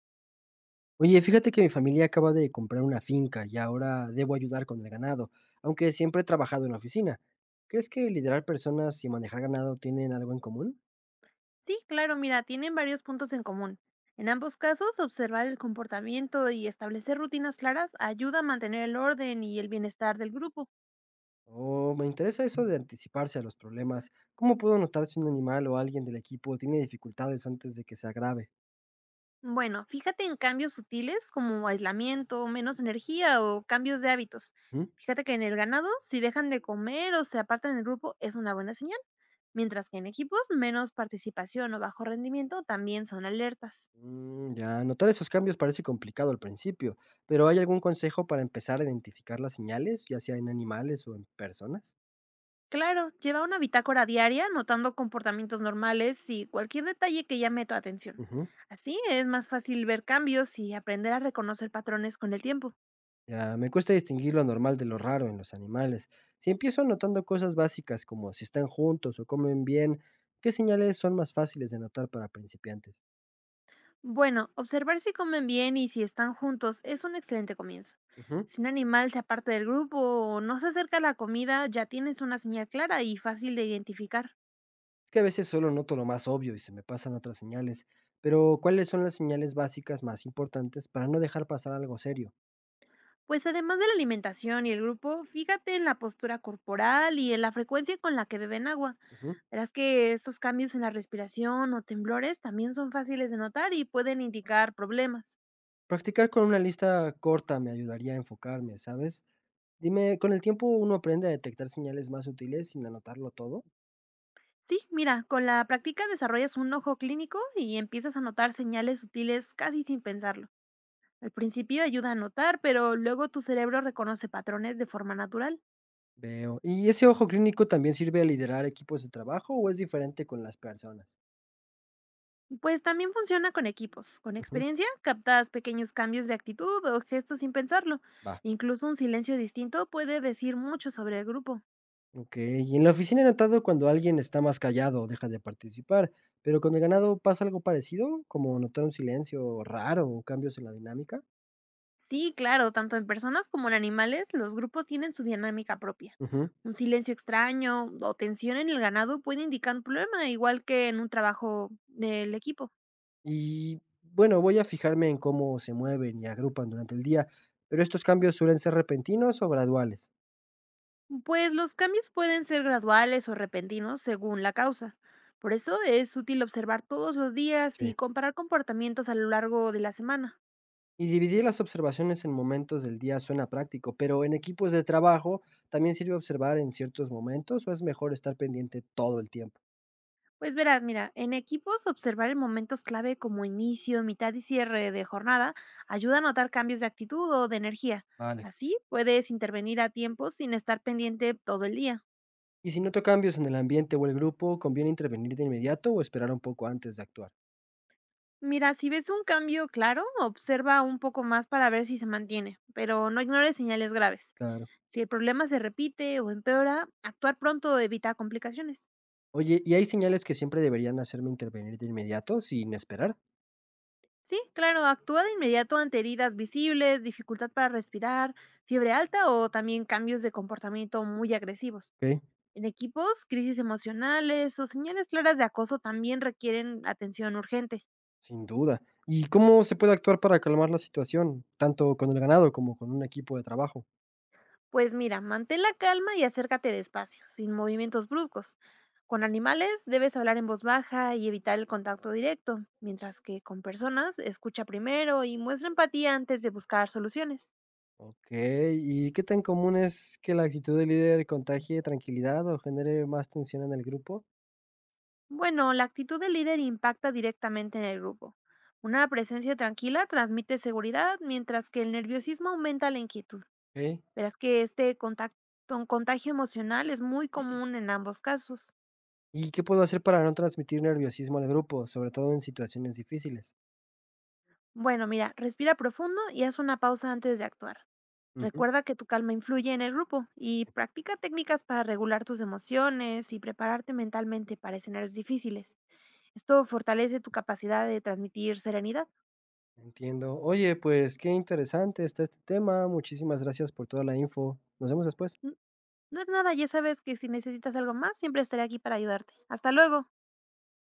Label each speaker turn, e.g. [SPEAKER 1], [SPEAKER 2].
[SPEAKER 1] Oye, fíjate que mi familia acaba de comprar una finca y ahora debo ayudar con el ganado, aunque siempre he trabajado en la oficina. ¿Crees que liderar personas y manejar ganado tienen algo en común?
[SPEAKER 2] Sí, claro, mira, tienen varios puntos en común. En ambos casos, observar el comportamiento y establecer rutinas claras ayuda a mantener el orden y el bienestar del grupo.
[SPEAKER 1] O me interesa eso de anticiparse a los problemas. ¿Cómo puedo notar si un animal o alguien del equipo tiene dificultades antes de que se agrave?
[SPEAKER 2] Bueno, fíjate en cambios sutiles como aislamiento, menos energía o cambios de hábitos.
[SPEAKER 1] ¿Mm?
[SPEAKER 2] Fíjate que en el ganado, si dejan de comer o se apartan del grupo, es una buena señal, mientras que en equipos, menos participación o bajo rendimiento también son alertas.
[SPEAKER 1] Mm, ya, notar esos cambios parece complicado al principio, pero ¿hay algún consejo para empezar a identificar las señales, ya sea en animales o en personas?
[SPEAKER 2] Claro, lleva una bitácora diaria anotando comportamientos normales y cualquier detalle que llame tu atención. Así es más fácil ver cambios y aprender a reconocer patrones con el tiempo.
[SPEAKER 1] Ya, me cuesta distinguir lo normal de lo raro en los animales. Si empiezo notando cosas básicas como si están juntos o comen bien, ¿qué señales son más fáciles de notar para principiantes?
[SPEAKER 2] Bueno, observar si comen bien y si están juntos es un excelente comienzo.
[SPEAKER 1] Ujú.
[SPEAKER 2] Si un animal se aparta del grupo o no se acerca a la comida, ya tienes una señal clara y fácil de identificar.
[SPEAKER 1] Es que a veces solo noto lo más obvio y se me pasan otras señales, pero ¿cuáles son las señales básicas más importantes para no dejar pasar algo serio?
[SPEAKER 2] Pues además de la alimentación y el grupo, fíjate en la postura corporal y en la frecuencia con la que beben agua.
[SPEAKER 1] Ujú.
[SPEAKER 2] Verás que estos cambios en la respiración o temblores también son fáciles de notar y pueden indicar problemas.
[SPEAKER 1] Practicar con una lista corta me ayudaría a enfocarme, ¿sabes? Dime, ¿con el tiempo uno aprende a detectar señales más útiles sin anotarlo todo?
[SPEAKER 2] Sí, mira, con la práctica desarrollas un ojo clínico y empiezas a notar señales sutiles casi sin pensarlo. Al principio ayuda a notar, pero luego tu cerebro reconoce patrones de forma natural.
[SPEAKER 1] Veo. ¿Y ese ojo clínico también sirve a liderar equipos de trabajo o es diferente con las personas?
[SPEAKER 2] Pues también funciona con equipos. Con
[SPEAKER 1] Ujú.
[SPEAKER 2] experiencia, captas pequeños cambios de actitud o gestos sin pensarlo.
[SPEAKER 1] Va.
[SPEAKER 2] Incluso un silencio distinto puede decir mucho sobre el grupo.
[SPEAKER 1] Ok. Y en la oficina he notado cuando alguien está más callado o deja de participar, pero con el ganado pasa algo parecido, como notar un silencio raro o cambios en la dinámica.
[SPEAKER 2] Sí, claro, tanto en personas como en animales, los grupos tienen su dinámica propia.
[SPEAKER 1] Ujú.
[SPEAKER 2] Un silencio extraño o tensión en el ganado puede indicar un problema, igual que en un trabajo del equipo.
[SPEAKER 1] Y bueno, voy a fijarme en cómo se mueven y agrupan durante el día, pero estos cambios suelen ser repentinos o graduales.
[SPEAKER 2] Pues los cambios pueden ser graduales o repentinos según la causa. Por eso es útil observar todos los días y
[SPEAKER 1] Sí.
[SPEAKER 2] comparar comportamientos a lo largo de la semana.
[SPEAKER 1] Y dividir las observaciones en momentos del día suena práctico, pero en equipos de trabajo también sirve observar en ciertos momentos o es mejor estar pendiente todo el tiempo.
[SPEAKER 2] Pues verás, mira, en equipos observar en momentos clave como inicio, mitad y cierre de jornada ayuda a notar cambios de actitud o de energía.
[SPEAKER 1] Vale.
[SPEAKER 2] Así puedes intervenir a tiempo sin estar pendiente todo el día.
[SPEAKER 1] Y si noto cambios en el ambiente o el grupo, ¿conviene intervenir de inmediato o esperar un poco antes de actuar?
[SPEAKER 2] Mira, si ves un cambio claro, observa un poco más para ver si se mantiene, pero no ignores señales graves.
[SPEAKER 1] Claro.
[SPEAKER 2] Si el problema se repite o empeora, actuar pronto evita complicaciones.
[SPEAKER 1] Oye, ¿y hay señales que siempre deberían hacerme intervenir de inmediato sin esperar?
[SPEAKER 2] Sí, claro, actúa de inmediato ante heridas visibles, dificultad para respirar, fiebre alta o también cambios de comportamiento muy agresivos.
[SPEAKER 1] Ok.
[SPEAKER 2] En equipos, crisis emocionales o señales claras de acoso también requieren atención urgente.
[SPEAKER 1] Sin duda. ¿Y cómo se puede actuar para calmar la situación, tanto con el ganado como con un equipo de trabajo?
[SPEAKER 2] Pues mira, mantén la calma y acércate despacio, sin movimientos bruscos. Con animales debes hablar en voz baja y evitar el contacto directo, mientras que con personas escucha primero y muestra empatía antes de buscar soluciones.
[SPEAKER 1] Okey, ¿y qué tan común es que la actitud del líder contagie tranquilidad o genere más tensión en el grupo?
[SPEAKER 2] Bueno, la actitud del líder impacta directamente en el grupo. Una presencia tranquila transmite seguridad, mientras que el nerviosismo aumenta la inquietud.
[SPEAKER 1] Okey.
[SPEAKER 2] Verás que este contacto, contagio emocional es muy común en ambos casos.
[SPEAKER 1] ¿Y qué puedo hacer para no transmitir nerviosismo al grupo, sobre todo en situaciones difíciles?
[SPEAKER 2] Bueno, mira, respira profundo y haz una pausa antes de actuar.
[SPEAKER 1] Ujú.
[SPEAKER 2] Recuerda que tu calma influye en el grupo y practica técnicas para regular tus emociones y prepararte mentalmente para escenarios difíciles. Esto fortalece tu capacidad de transmitir serenidad.
[SPEAKER 1] Entiendo. Oye, pues qué interesante está este tema. Muchísimas gracias por toda la info. Nos vemos después.
[SPEAKER 2] No es nada, ya sabes que si necesitas algo más, siempre estaré aquí para ayudarte. Hasta luego.